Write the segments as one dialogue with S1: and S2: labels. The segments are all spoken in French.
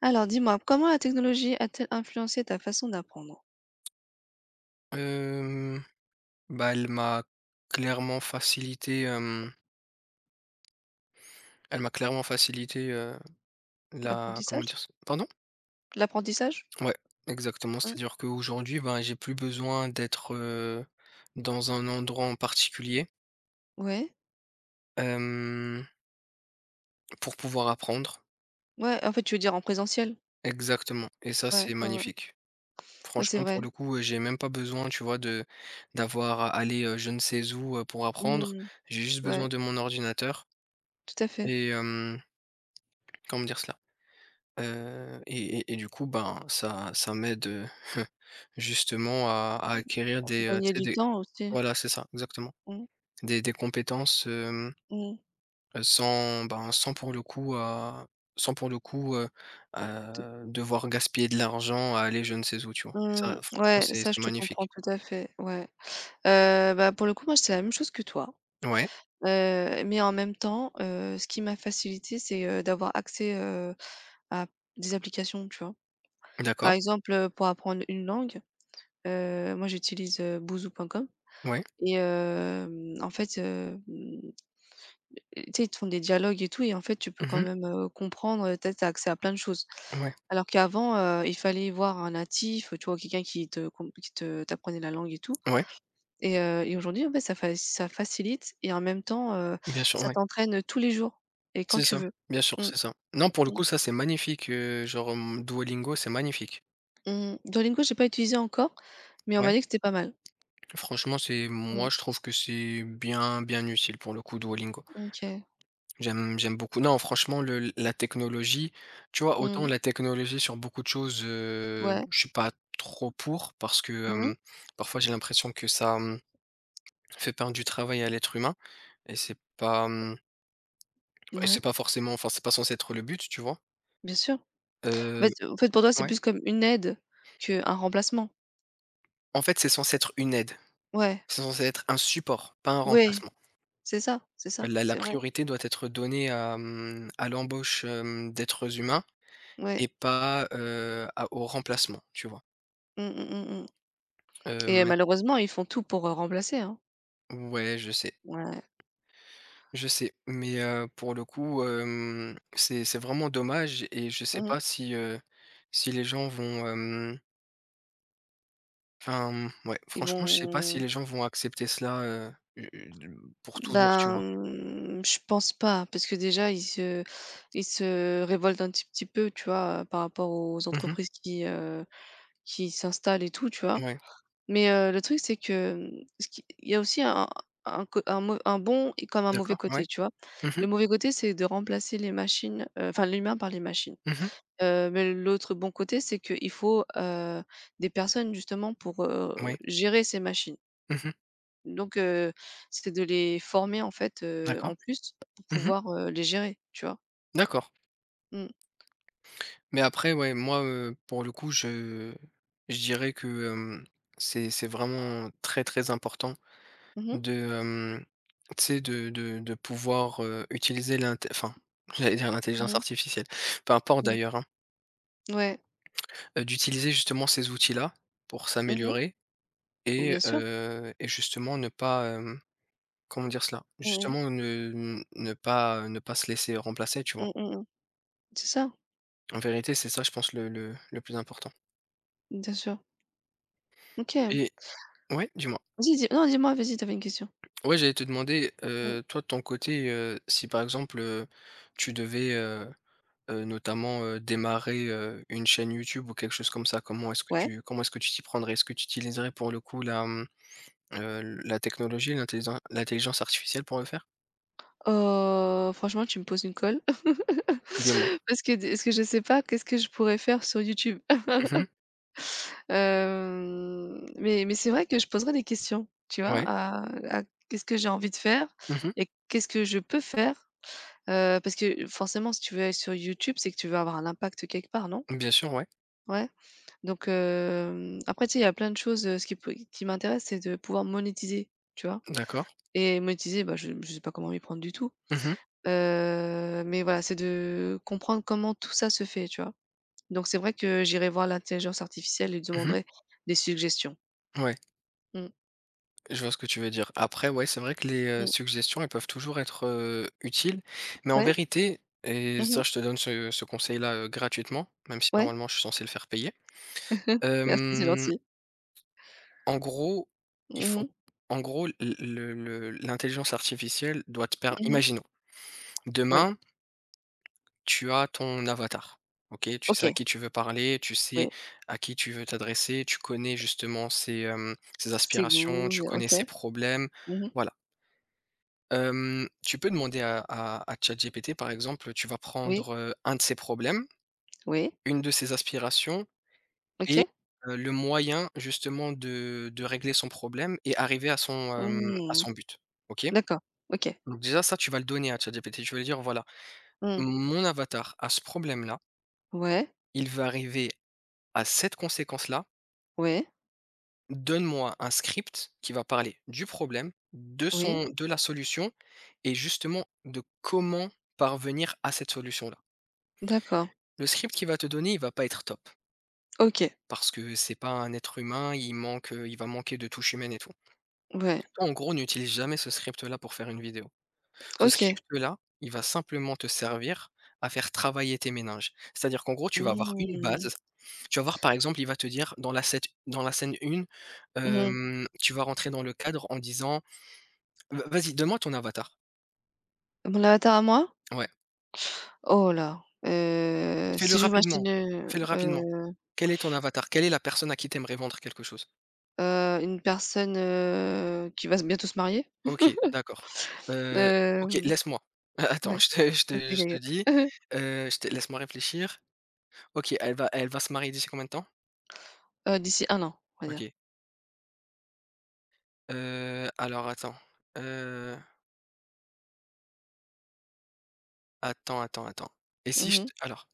S1: Alors dis-moi, comment la technologie a-t-elle influencé ta façon d'apprendre?
S2: Hem, bah, clairement facilité, hem, elle m'a clairement facilité, la... comment dire?
S1: L'apprentissage?
S2: Ce pardon?
S1: L'apprentissage?
S2: Ouais, exactement.
S1: Mmh.
S2: C'est-à-dire qu'aujourd'hui, ben, j'ai plus besoin d'être, dans un endroit en particulier,
S1: Ouais.
S2: hem, pour pouvoir apprendre.
S1: Ouais, en fait, tu veux dire en présentiel?
S2: Exactement, et ça,
S1: Ouais,
S2: c'est
S1: ouais, ouais.
S2: magnifique.
S1: Ouais, c'est
S2: Franchement, pour
S1: vrai.
S2: le coup, j'ai même pas besoin, tu vois, de d'avoir à aller, je ne sais où, pour apprendre.
S1: Mmh.
S2: J'ai juste
S1: Ouais,
S2: besoin de mon ordinateur
S1: tout à fait.
S2: et comment dire cela? Et du coup, ben, ça m'aide, justement à acquérir des, tu
S1: Gagner
S2: sais
S1: du
S2: des
S1: temps aussi.
S2: voilà, c'est ça, exactement.
S1: Mmh.
S2: Des compétences,
S1: Mmh.
S2: sans, ben, sans pour le coup à sans pour le coup,
S1: T
S2: devoir gaspiller de l'argent à aller je ne sais où, tu vois? Et
S1: Mmh.
S2: ça, franchement,
S1: Ouais,
S2: c'est
S1: ça,
S2: c'est
S1: je te comprends
S2: magnifique.
S1: tout à fait, ouais. Bah, pour le coup, moi, c'est la même chose que toi.
S2: Ouais,
S1: Mais en même temps, ce qui m'a facilité, c'est, d'avoir accès, à des applications, tu vois? Par
S2: d'accord,
S1: exemple, pour apprendre une langue. Moi j'utilise, bouzou.com
S2: ouais.
S1: et en fait, tu sais, ils te font des dialogues et tout, et en fait, tu peux quand
S2: Mmh.
S1: même, comprendre, tu as accès à plein de choses.
S2: Ouais,
S1: Alors qu'avant, il fallait voir un natif, tu vois? Quelqu'un qui te com qui te t'apprenait la langue et tout,
S2: ouais,
S1: et aujourd'hui, en fait, ça facilite, et en même temps,
S2: bien sûr,
S1: ça
S2: ouais.
S1: t'entraîne tous les jours et quand
S2: C'est
S1: tu
S2: ça,
S1: veux.
S2: bien sûr,
S1: Mmh,
S2: c'est ça. Non, pour le
S1: mmh,
S2: coup, ça, c'est magnifique, genre, mmh, Duolingo, c'est magnifique.
S1: mmh. Duolingo, j'ai pas utilisé encore, mais on m'a
S2: Ouais.
S1: dit que c'était pas mal.
S2: Franchement, c'est
S1: Mmh,
S2: moi, je trouve que c'est bien, bien utile pour le coup, Duolingo.
S1: OK.
S2: J'aime, j'aime beaucoup. Non, franchement, la technologie, tu vois, autant
S1: Mmh,
S2: la technologie sur beaucoup de choses,
S1: ouais.
S2: je suis pas trop pour, parce que
S1: Mmh,
S2: parfois j'ai l'impression que ça, fait perdre du travail à l'être humain, et
S1: ouais,
S2: c'est pas forcément, enfin, c'est pas censé être le but, tu vois.
S1: bien sûr. En
S2: Euh,
S1: fait en fait, pour toi, c'est
S2: ouais.
S1: plus comme une aide qu'un remplacement.
S2: En fait, c'est censé être une aide.
S1: Ouais,
S2: C'est censé être un support, pas un
S1: ouais,
S2: remplacement.
S1: c'est ça, c'est ça,
S2: La
S1: c'est vrai.
S2: priorité doit être donnée à l'embauche, d'êtres humains. Et
S1: Ouais.
S2: pas, à au remplacement, tu vois?
S1: Mmh, mmh, mmh, mmh, et
S2: Maint
S1: malheureusement, ils font tout pour, remplacer, hein.
S2: ouais,
S1: Ouais.
S2: je sais, mais, pour le coup, c'est vraiment dommage, et je sais
S1: Mmh.
S2: pas si, si les gens vont, ouais,
S1: Ils
S2: franchement, je sais pas si
S1: vont
S2: les gens vont accepter cela, de pour toujours, tu
S1: Ben,
S2: vois?
S1: je pense pas, parce que déjà ils se révoltent un petit peu, tu vois, par rapport aux
S2: Mmh.
S1: entreprises qui s'installent et tout, tu vois?
S2: Ouais,
S1: Mais le truc, c'est que, ce qui il y a aussi un bon et comme un mauvais
S2: d'accord, ouais.
S1: côté, tu vois?
S2: Mmh mh.
S1: Le mauvais côté, c'est de remplacer les machines, enfin l'humain par les machines.
S2: Mmh.
S1: Mais l'autre bon côté, c'est qu'il faut, des personnes justement pour,
S2: Ouais.
S1: gérer ces machines.
S2: Mmh.
S1: Donc c'est de les former en fait,
S2: D'accord.
S1: en plus pour
S2: Mmh.
S1: pouvoir, les gérer, tu vois?
S2: D'accord.
S1: Mmh.
S2: Mais après, ouais, moi, pour le coup, je dirais que, hem, c'est vraiment très, très important
S1: Mmh mh.
S2: de, hem, tu sais, de pouvoir, utiliser j'allais dire l'intelligence
S1: Mmh,
S2: artificielle, peu importe d'ailleurs, hein,
S1: ouais.
S2: d'utiliser justement ces outils-là pour
S1: Mmh,
S2: s'améliorer, et
S1: bien sûr.
S2: heu et justement ne pas, comment dire cela?
S1: Mmh mh.
S2: Justement ne pas, ne pas se laisser remplacer, tu vois?
S1: Mmh, mmh. C'est ça,
S2: En vérité, c'est ça, je pense, le plus important.
S1: bien sûr. OK.
S2: Et ouais, dis-moi?
S1: Vas-y, dis non, dis-moi, vas-y, t'avais une question.
S2: Ouais, j'allais te demander,
S1: Mmh,
S2: toi de ton côté, si par exemple, tu devais, notamment, démarrer, une chaîne YouTube ou quelque chose comme ça,
S1: ouais.
S2: comment est-ce que tu t'y prendrais? Est-ce que tu utiliserais pour le coup la technologie, l'intelligence artificielle pour le faire?
S1: Franchement, tu me poses une colle.
S2: Dis-moi.
S1: Parce que je sais pas qu'est-ce que je pourrais faire sur YouTube.
S2: Mmh.
S1: Hem, mais c'est vrai que je poserais des questions, tu vois?
S2: Ouais.
S1: À qu'est-ce que j'ai envie de faire
S2: Mmh.
S1: et qu'est-ce que je peux faire? Parce que forcément, si tu veux aller sur YouTube, c'est que tu veux avoir un impact quelque part, non?
S2: Bien sûr, ouais.
S1: Ouais. Donc après, tu sais, il y a plein de choses, ce qui peut qui m'intéresse, c'est de pouvoir monétiser, tu vois?
S2: D'accord.
S1: Et monétiser, bah, je sais pas comment m'y prendre du tout.
S2: Mmh mh.
S1: Mais voilà, c'est de comprendre comment tout ça se fait, tu vois? Donc c'est vrai que j'irai voir l'intelligence artificielle et lui
S2: Mmh.
S1: demanderai des suggestions.
S2: Ouais.
S1: Mmh,
S2: Je vois ce que tu veux dire. Après, ouais, c'est vrai que les,
S1: mmh.
S2: suggestions, elles peuvent toujours être, utiles, mais en
S1: Ouais.
S2: vérité, et
S1: Mmh
S2: ça,
S1: mh.
S2: je te donne ce conseil-là, gratuitement, même si
S1: Ouais.
S2: normalement je suis censé le faire payer.
S1: Merci, c'est
S2: Hem,
S1: gentil.
S2: En gros, il
S1: Mmh
S2: faut
S1: mh.
S2: l le l'intelligence artificielle doit te per
S1: Mmh mh.
S2: imaginons,
S1: Ouais.
S2: demain, tu as ton avatar, OK? Tu sais à
S1: OK.
S2: qui tu veux parler, tu sais
S1: Oui.
S2: à qui tu veux t'adresser, tu connais justement ses, ses
S1: Ses
S2: aspirations,
S1: goûts,
S2: tu connais ses
S1: OK.
S2: problèmes,
S1: Mmh mh.
S2: voilà. Tu peux demander à ChatGPT, par exemple. Tu vas
S1: Oui.
S2: prendre, un de ses problèmes,
S1: Oui.
S2: une de ses aspirations, et
S1: OK.
S2: le moyen justement de régler son problème et arriver à son, à
S1: Mmh.
S2: son but, OK?
S1: D'accord. OK.
S2: Donc déjà ça, tu vas le donner à ChatGPT, tu vas lui dire: «Voilà,
S1: Mmh.
S2: mon avatar a ce problème-là,
S1: Ouais.
S2: il va arriver à cette conséquence-là,
S1: Ouais.
S2: donne-moi un script qui va parler du problème,
S1: Oui.
S2: de la solution et justement de comment parvenir à cette solution-là».
S1: D'accord.
S2: Le script qu'il va te donner, il va pas être top,
S1: OK.
S2: parce que c'est pas un être humain. Il va manquer de touche humaine et tout.
S1: Ouais.
S2: Toi, en gros, n'utilise jamais ce script-là pour faire une vidéo. Ce
S1: OK.
S2: script-là, il va simplement te servir à faire travailler tes méninges. C'est-à-dire qu'en gros, tu vas avoir une
S1: Mmh.
S2: base, tu vas voir, par exemple, il va te dire dans la scète dans la scène 1,
S1: Mmh.
S2: tu vas rentrer dans le cadre en disant: «Va vas-y, donne-moi ton avatar».
S1: Mon avatar à moi?
S2: Ouais.
S1: Oh là,
S2: Fais-le
S1: si j'ouvre ma
S2: rapidement,
S1: chaîne,
S2: fais-le rapidement. Quel est ton avatar? Quelle est la personne à qui t'aimerais vendre quelque chose?
S1: une personne, qui va s bientôt se marier?
S2: OK, d'accord. Heu, OK,
S1: Hem,
S2: laisse-moi. Attends,
S1: ouais, OK, OK,
S2: je te
S1: OK.
S2: dis, je te laisse-moi réfléchir. OK, elle va se marier d'ici combien de temps?
S1: D'ici 1 an, on va dire.
S2: OK. Alors attends, heu, attends, attends, attends. Et si je
S1: Mmh.
S2: te alors,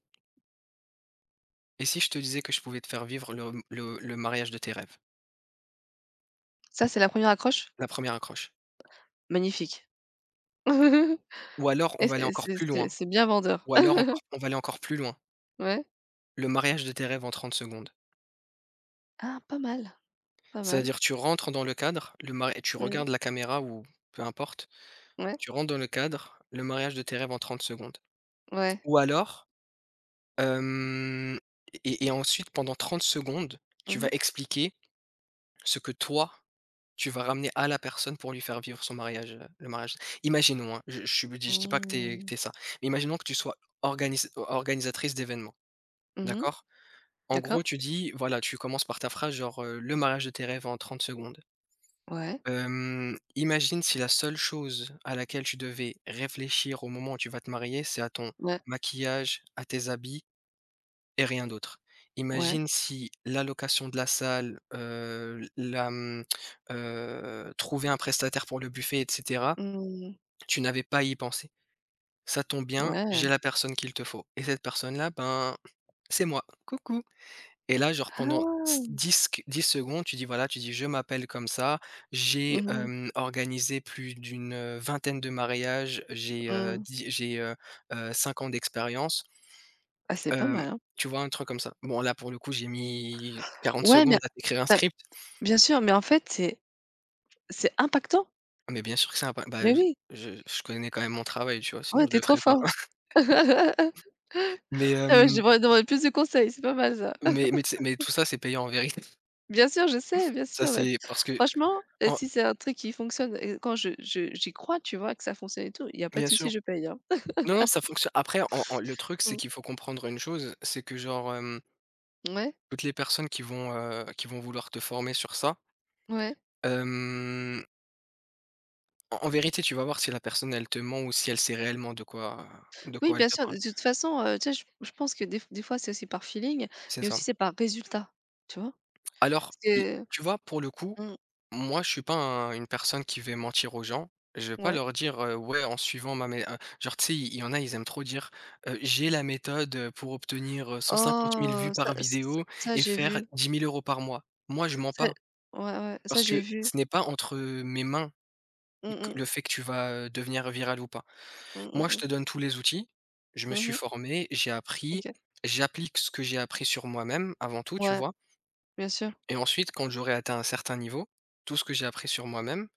S2: et si je te disais que je pouvais te faire vivre le mariage de tes rêves?
S1: Ça, c'est la première accroche?
S2: La première accroche.
S1: Magnifique.
S2: Ou alors on
S1: Et
S2: va aller
S1: c'est
S2: encore
S1: c'est
S2: plus
S1: c'est
S2: loin,
S1: c'est bien vendeur.
S2: ou alors encore on va aller encore plus loin.
S1: Ouais.
S2: Le mariage de tes rêves en 30 secondes.
S1: Ah, pas mal, pas mal.
S2: C'est-à-dire tu rentres dans le cadre, le mari, et tu
S1: Mmh.
S2: regardes la caméra, ou peu importe.
S1: Ouais,
S2: Tu rentres dans le cadre, le mariage de tes rêves en 30 secondes.
S1: ouais.
S2: Ou alors, hem et ensuite pendant 30 secondes, tu
S1: Mmh
S2: vas
S1: mh.
S2: expliquer ce que toi, tu vas ramener à la personne pour lui faire vivre le mariage. Imaginons, hein, je dis pas que
S1: Mmh.
S2: tu es ça, mais imaginons que tu sois organise organisatrice d'événements,
S1: Mmh.
S2: d'accord? En
S1: D'accord.
S2: gros, tu dis voilà, tu commences par ta phrase genre, «Le mariage de tes rêves en 30 secondes».
S1: Ouais,
S2: Imagine si la seule chose à laquelle tu devais réfléchir au moment où tu vas te marier, c'est à ton
S1: ouais,
S2: maquillage, à tes habits et rien d'autre.
S1: ouais.
S2: Imagine si l'allocation de la salle, trouver un prestataire pour le buffet, et cetera,
S1: Mmh.
S2: tu n'avais pas à y penser. Ça tombe bien,
S1: Ouais.
S2: j'ai la personne qu'il te faut, et cette personne-là, ben, c'est moi. Coucou! Et là, genre pendant s
S1: Ah!
S2: 10 qu 10 secondes, tu dis voilà, tu dis: «Je m'appelle comme ça, j'ai,
S1: Mmh mh.
S2: organisé plus d'une, vingtaine de mariages,
S1: Mmh.
S2: j'ai, 5 ans d'expérience».
S1: Ah, c'est pas
S2: Hem,
S1: mal, hein.
S2: Tu vois? Un truc comme ça. Bon là, pour le coup, j'ai mis 40
S1: Ouais, mais
S2: secondes
S1: tu.
S2: à t'écrire un script.
S1: Bien sûr, mais en fait, c'est impactant.
S2: Ah, mais bien sûr que c'est un impa bah,
S1: Mais
S2: je
S1: oui,
S2: connais quand même mon travail, tu vois? Sinon
S1: ouais,
S2: je
S1: tu es
S2: le
S1: trop
S2: ferais pas.
S1: fort.
S2: Mais,
S1: Ah ouais, je devrais demander plus de conseils, c'est pas mal ça.
S2: tu sais, tout ça, c'est payant en vérité.
S1: Bien sûr, je sais, bien
S2: Ça,
S1: sûr, bah,
S2: c'est parce que...
S1: franchement,
S2: en...
S1: si c'est un truc qui fonctionne, et quand je j'y crois, tu vois, que ça fonctionne et tout, il y a pas de
S2: bien sûr.
S1: souci, je paye, hein.
S2: Non, non, ça fonctionne. Après, en en le truc, c'est
S1: Mmh.
S2: qu'il faut comprendre une chose, c'est que genre,
S1: Ouais,
S2: toutes les personnes qui vont, vouloir te former sur ça,
S1: ouais.
S2: hem, en vérité, tu vas voir si la personne, elle te ment, ou si elle sait réellement de
S1: Oui,
S2: quoi elle
S1: bien
S2: te
S1: sûr,
S2: parle.
S1: de toute façon, tu sais, je pense que des fois, c'est aussi par feeling,
S2: C'est
S1: mais
S2: ça.
S1: aussi c'est par résultat, tu vois?
S2: Alors,
S1: Parce
S2: l
S1: que
S2: Tu vois, pour le coup,
S1: mmh,
S2: moi, je suis pas un une personne qui va mentir aux gens. Je vais pas
S1: ouais.
S2: leur dire, «Ouais, en suivant ma méthode». Genre, tu sais, il y en a, ils aiment trop dire, «J'ai la méthode pour obtenir, 150 000
S1: Oh,
S2: vues
S1: ça
S2: par
S1: ç
S2: vidéo
S1: ça
S2: et
S1: j'ai vu.
S2: faire 10 000 euros par mois». Moi, je mens
S1: Ça
S2: pas,
S1: Ouais, ouais, ça
S2: parce
S1: j'ai
S2: que
S1: vu.
S2: ce n'est pas entre mes mains
S1: Mmh
S2: que
S1: mh.
S2: le fait que tu vas, devenir viral ou pas.
S1: Mmh mh
S2: Moi, je
S1: mh.
S2: te donne tous les outils. Je me
S1: Mmh
S2: suis
S1: mh.
S2: formé, j'ai appris,
S1: OK.
S2: j'applique ce que j'ai appris sur moi-même avant tout, tu
S1: Ouais,
S2: vois?
S1: bien sûr.
S2: Et ensuite, quand j'aurai atteint un certain niveau, tout ce que j'ai appris sur moi-même,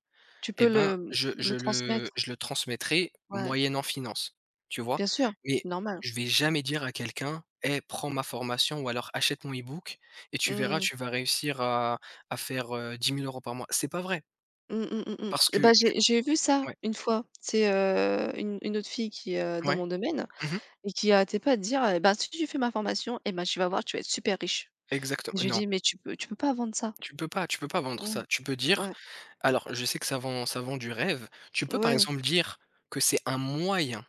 S1: Tu
S2: eh
S1: peux
S2: ben,
S1: le mmh, le transmettre.
S2: je le transmettrai
S1: Ouais,
S2: moyennant finances, tu vois?
S1: bien sûr,
S2: Mais
S1: c'est normal.
S2: je vais jamais dire à quelqu'un: «Hey, prends ma formation, ou alors achète mon e-book, et tu verras,
S1: Mmh.
S2: tu vas réussir à faire, 10 000 € par mois». C'est pas vrai,
S1: Mmh mh mh mh.
S2: parce
S1: Et
S2: que
S1: bah,
S2: tu
S1: j'ai vu ça
S2: ouais,
S1: une fois. C'est, une autre fille qui est, dans
S2: ouais,
S1: mon domaine,
S2: mmh mh,
S1: et qui arrêtait pas de dire: «Eh ben, si tu fais ma formation, eh ben, tu vas voir, tu vas être super riche». Je lui
S2: non,
S1: dis: «Mais tu peux pas vendre ça».
S2: tu peux pas vendre
S1: Mmh.
S2: ça. Tu peux dire...
S1: Ouais.
S2: alors je sais que ça vend du rêve. Tu peux, par
S1: Ouais.
S2: exemple, dire que c'est un moyen...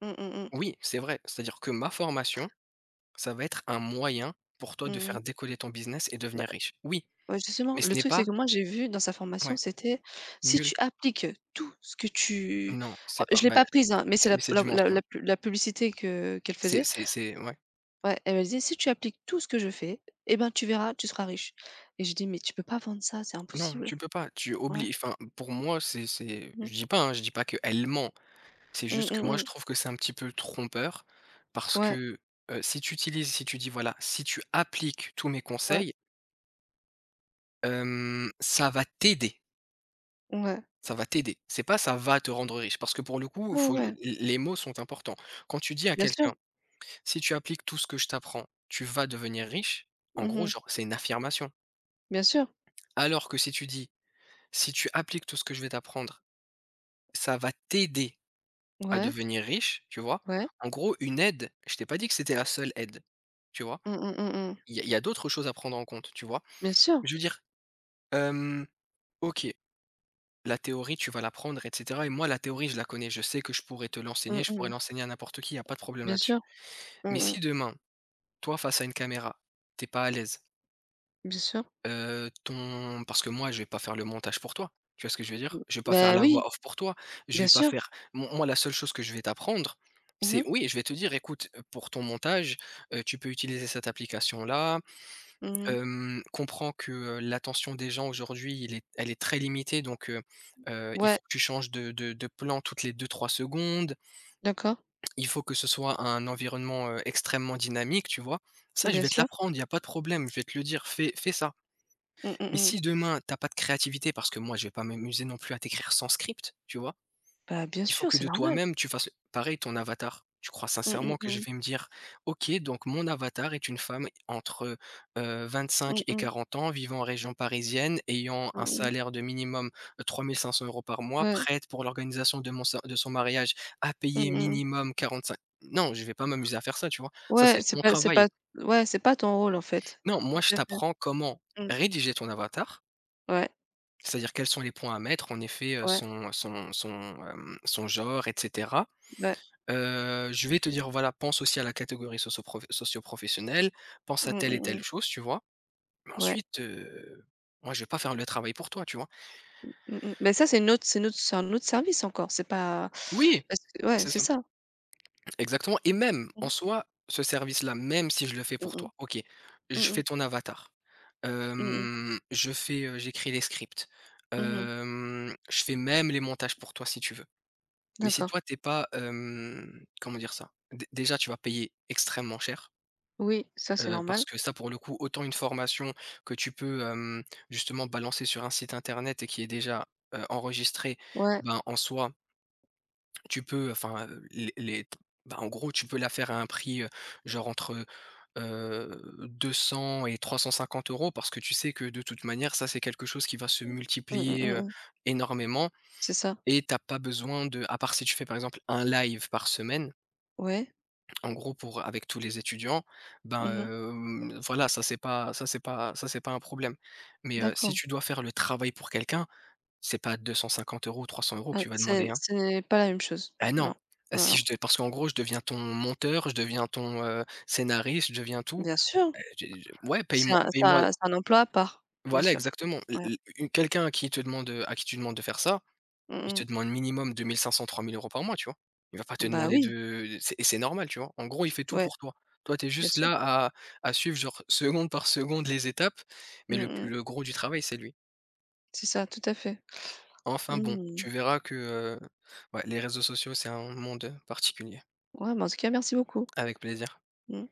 S1: Mmh mh mh.
S2: oui, c'est vrai, c'est-à-dire que ma formation, ça va être un moyen pour toi de
S1: Mmh mh.
S2: faire décoller ton business et devenir riche. Oui,
S1: Ouais, justement,
S2: mais ce
S1: le
S2: n'est
S1: truc, c'est
S2: pas...
S1: que moi, j'ai vu dans sa formation,
S2: ouais,
S1: c'était si tu
S2: nul.
S1: appliques tout ce que tu.
S2: Non,
S1: Oh,
S2: c'est pas,
S1: je l'ai
S2: ben,
S1: pas prise, hein, mais c'est
S2: c'est...
S1: la
S2: mais c'est
S1: la
S2: du
S1: la
S2: mensonge.
S1: la pu la publicité que qu'elle faisait.
S2: C'est ouais.
S1: Ouais, elle me disait: «Si tu appliques tout ce que je fais, eh ben, tu verras, tu seras riche». Et je dis: «Mais tu peux pas vendre ça, c'est
S2: Non,
S1: impossible».
S2: tu peux pas, tu
S1: Ouais.
S2: oublies... enfin, pour moi, c'est,
S1: Mmh.
S2: je dis pas, hein, je dis pas qu'elle ment. C'est
S1: Mmh,
S2: juste que
S1: mmh
S2: moi, je
S1: mh.
S2: trouve que c'est un petit peu trompeur parce
S1: Ouais,
S2: que, si tu dis voilà, si tu appliques tous mes
S1: ouais,
S2: conseils, ça va t'aider,
S1: ouais.
S2: ça va t'aider. C'est pas ça va te rendre riche parce que pour le coup,
S1: Ouais,
S2: faut
S1: ouais,
S2: les mots sont importants. Quand tu dis à
S1: bien sûr.
S2: quelqu'un, si tu appliques tout ce que je t'apprends, tu vas devenir riche, en gros,
S1: Mmh.
S2: genre, c'est une affirmation.
S1: Bien sûr.
S2: Alors que si tu dis: «Si tu appliques tout ce que je vais t'apprendre, ça va t'aider à
S1: Ouais,
S2: devenir riche», tu vois?
S1: ouais.
S2: En gros, une aide, je t'ai pas dit que c'était la seule aide, tu vois?
S1: Mmh, mmh, mmh mh.
S2: Il y a d'autres choses à prendre en compte, tu vois?
S1: Bien sûr.
S2: Je veux dire, hem, OK, la théorie, tu vas l'apprendre et cetera, et moi, la théorie, je la connais, je sais que je pourrais te
S1: Mmh
S2: l'enseigner, je pourrais
S1: mh.
S2: l'enseigner à n'importe qui, il y a pas de problème
S1: Bien
S2: là-dessus.
S1: sûr. Mmh
S2: Mais
S1: mh.
S2: si demain, toi, face à une caméra, t'es pas à l'aise.
S1: Bien sûr.
S2: Ton Parce que moi, je vais pas faire le montage pour toi. Tu vois ce que je veux dire?
S1: Mmh.
S2: Je vais pas faire
S1: Ben
S2: la
S1: oui,
S2: voix off pour toi. Je
S1: bien
S2: vais pas
S1: sûr.
S2: faire mo moi, la seule chose que je vais t'apprendre,
S1: Mmh
S2: c'est
S1: mh.
S2: oui, je vais te dire: «Écoute, pour ton montage, tu peux utiliser cette application-là.
S1: Mmh,
S2: Comprends que, l'attention des gens aujourd'hui, il est elle est très limitée, donc il
S1: ouais,
S2: faut que tu changes de plan toutes les 2-3 secondes.
S1: d'accord,
S2: Il faut que ce soit un environnement, extrêmement dynamique», tu vois? Ça, je
S1: bien
S2: vais te
S1: sûr.
S2: l'apprendre, il y a pas de problème, je vais te le dire: «Fais ça».
S1: Mmh, mmh
S2: Mais
S1: mh.
S2: si demain, t'as pas de créativité, parce que moi, je vais pas m'amuser non plus à t'écrire sans script, tu vois?
S1: Bah, bien
S2: Il faut
S1: sûr,
S2: que
S1: c'est
S2: de
S1: normal.
S2: toi-même, tu fasses pareil ton avatar. Tu crois
S1: Mmh,
S2: sincèrement
S1: mmh
S2: que je
S1: mh.
S2: vais me dire: «OK, donc mon avatar est une femme entre, 25
S1: Mmh
S2: et
S1: mh.
S2: 40 ans, vivant en région parisienne, ayant un
S1: Mmh,
S2: salaire de minimum, 3 500 € par mois,
S1: ouais. Mh.
S2: prête pour l'organisation de mon sa de son mariage, à payer
S1: Mmh.
S2: minimum 45», non, je vais pas m'amuser à faire ça, tu vois? Ça,
S1: Ouais,
S2: c'est
S1: c'est
S2: ton
S1: pas c'est
S2: travail.
S1: pas ouais, c'est pas ton rôle, en fait.
S2: Non, moi, je
S1: Tout à fait.
S2: t'apprends comment
S1: Mmh.
S2: rédiger ton avatar,
S1: Ouais,
S2: c'est-à-dire quels sont les points à mettre, en effet,
S1: ouais,
S2: son genre et cetera.
S1: ouais.
S2: Je vais te dire, voilà, pense aussi à la catégorie socioprof socio-professionnelle, pense à
S1: Mmh,
S2: telle et
S1: mmh
S2: telle
S1: mh.
S2: chose, tu vois? Mais
S1: Ouais.
S2: ensuite, moi, je vais pas faire le travail pour toi, tu vois?
S1: Mmh mh. Mais ça, c'est notre, c'est un autre service encore, c'est pas
S2: Oui,
S1: parce que ouais,
S2: c'est
S1: c'est
S2: ça,
S1: ça.
S2: exactement, et même, en
S1: Mmh.
S2: soi, ce service-là, même si je le fais
S1: Mmh
S2: pour
S1: mh.
S2: toi, OK, je
S1: Mmh
S2: fais
S1: mh.
S2: ton avatar,
S1: Mmh mh.
S2: hem, je fais, j'écris les scripts,
S1: Mmh.
S2: hem, je fais même les montages pour toi si tu veux. Mais si
S1: D'accord.
S2: toi, t'es pas, comment dire ça? Dé déjà, tu vas payer extrêmement cher,
S1: Oui, ça, c'est
S2: heu,
S1: normal.
S2: parce que ça, pour le coup, autant une formation que tu peux, justement balancer sur un site internet et qui est déjà, enregistré,
S1: Ouais.
S2: ben, en soi, tu peux enfin, les t bah, en gros, tu peux la faire à un prix, genre entre, 200 et 350 € parce que tu sais que, de toute manière, ça, c'est quelque chose qui va se
S1: Mmh mh.
S2: multiplier,
S1: Mmh
S2: heu,
S1: mh.
S2: énormément,
S1: C'est ça.
S2: et tu as pas besoin de à part si tu fais, par exemple, un live par semaine.
S1: Ouais.
S2: En gros, pour avec tous les étudiants, ben,
S1: Mmh.
S2: hem, voilà, ça c'est pas un problème. Mais, si
S1: D'accord.
S2: tu dois faire le travail pour quelqu'un, c'est pas 250 € ou 100 € que
S1: Ah,
S2: tu vas
S1: c'est
S2: demander, hein.
S1: ce n'est pas la même chose.
S2: Ah non.
S1: Non,
S2: Ah,
S1: non,
S2: si
S1: non.
S2: je te parce qu'en gros, je deviens ton monteur, je deviens ton, scénariste, je deviens tout.
S1: Bien sûr,
S2: J'ai ouais,
S1: c'est
S2: paye-moi
S1: un c'est
S2: paye-moi,
S1: un c'est un emploi à part, bien
S2: voilà
S1: sûr.
S2: exactement. L
S1: Ouais.
S2: l une- quelqu'un à qui tu demandes de faire ça.
S1: Mmh
S2: Il te
S1: mh.
S2: demande minimum 2 500-3 000 € par mois, tu vois? Il va pas te
S1: Bah,
S2: demander
S1: oui,
S2: de c'est, et c'est normal, tu vois? En gros, il fait tout
S1: ouais,
S2: pour toi. Toi, tu es
S1: bien
S2: juste
S1: sûr.
S2: là à suivre genre seconde par seconde les étapes, mais
S1: Mmh mh.
S2: le gros du travail, c'est lui.
S1: C'est ça, tout à fait.
S2: Enfin bon,
S1: Mmh.
S2: tu verras que, ouais, les réseaux sociaux, c'est un monde particulier.
S1: Ouais, bah, en tout cas, merci beaucoup.
S2: Avec plaisir.
S1: Mmh.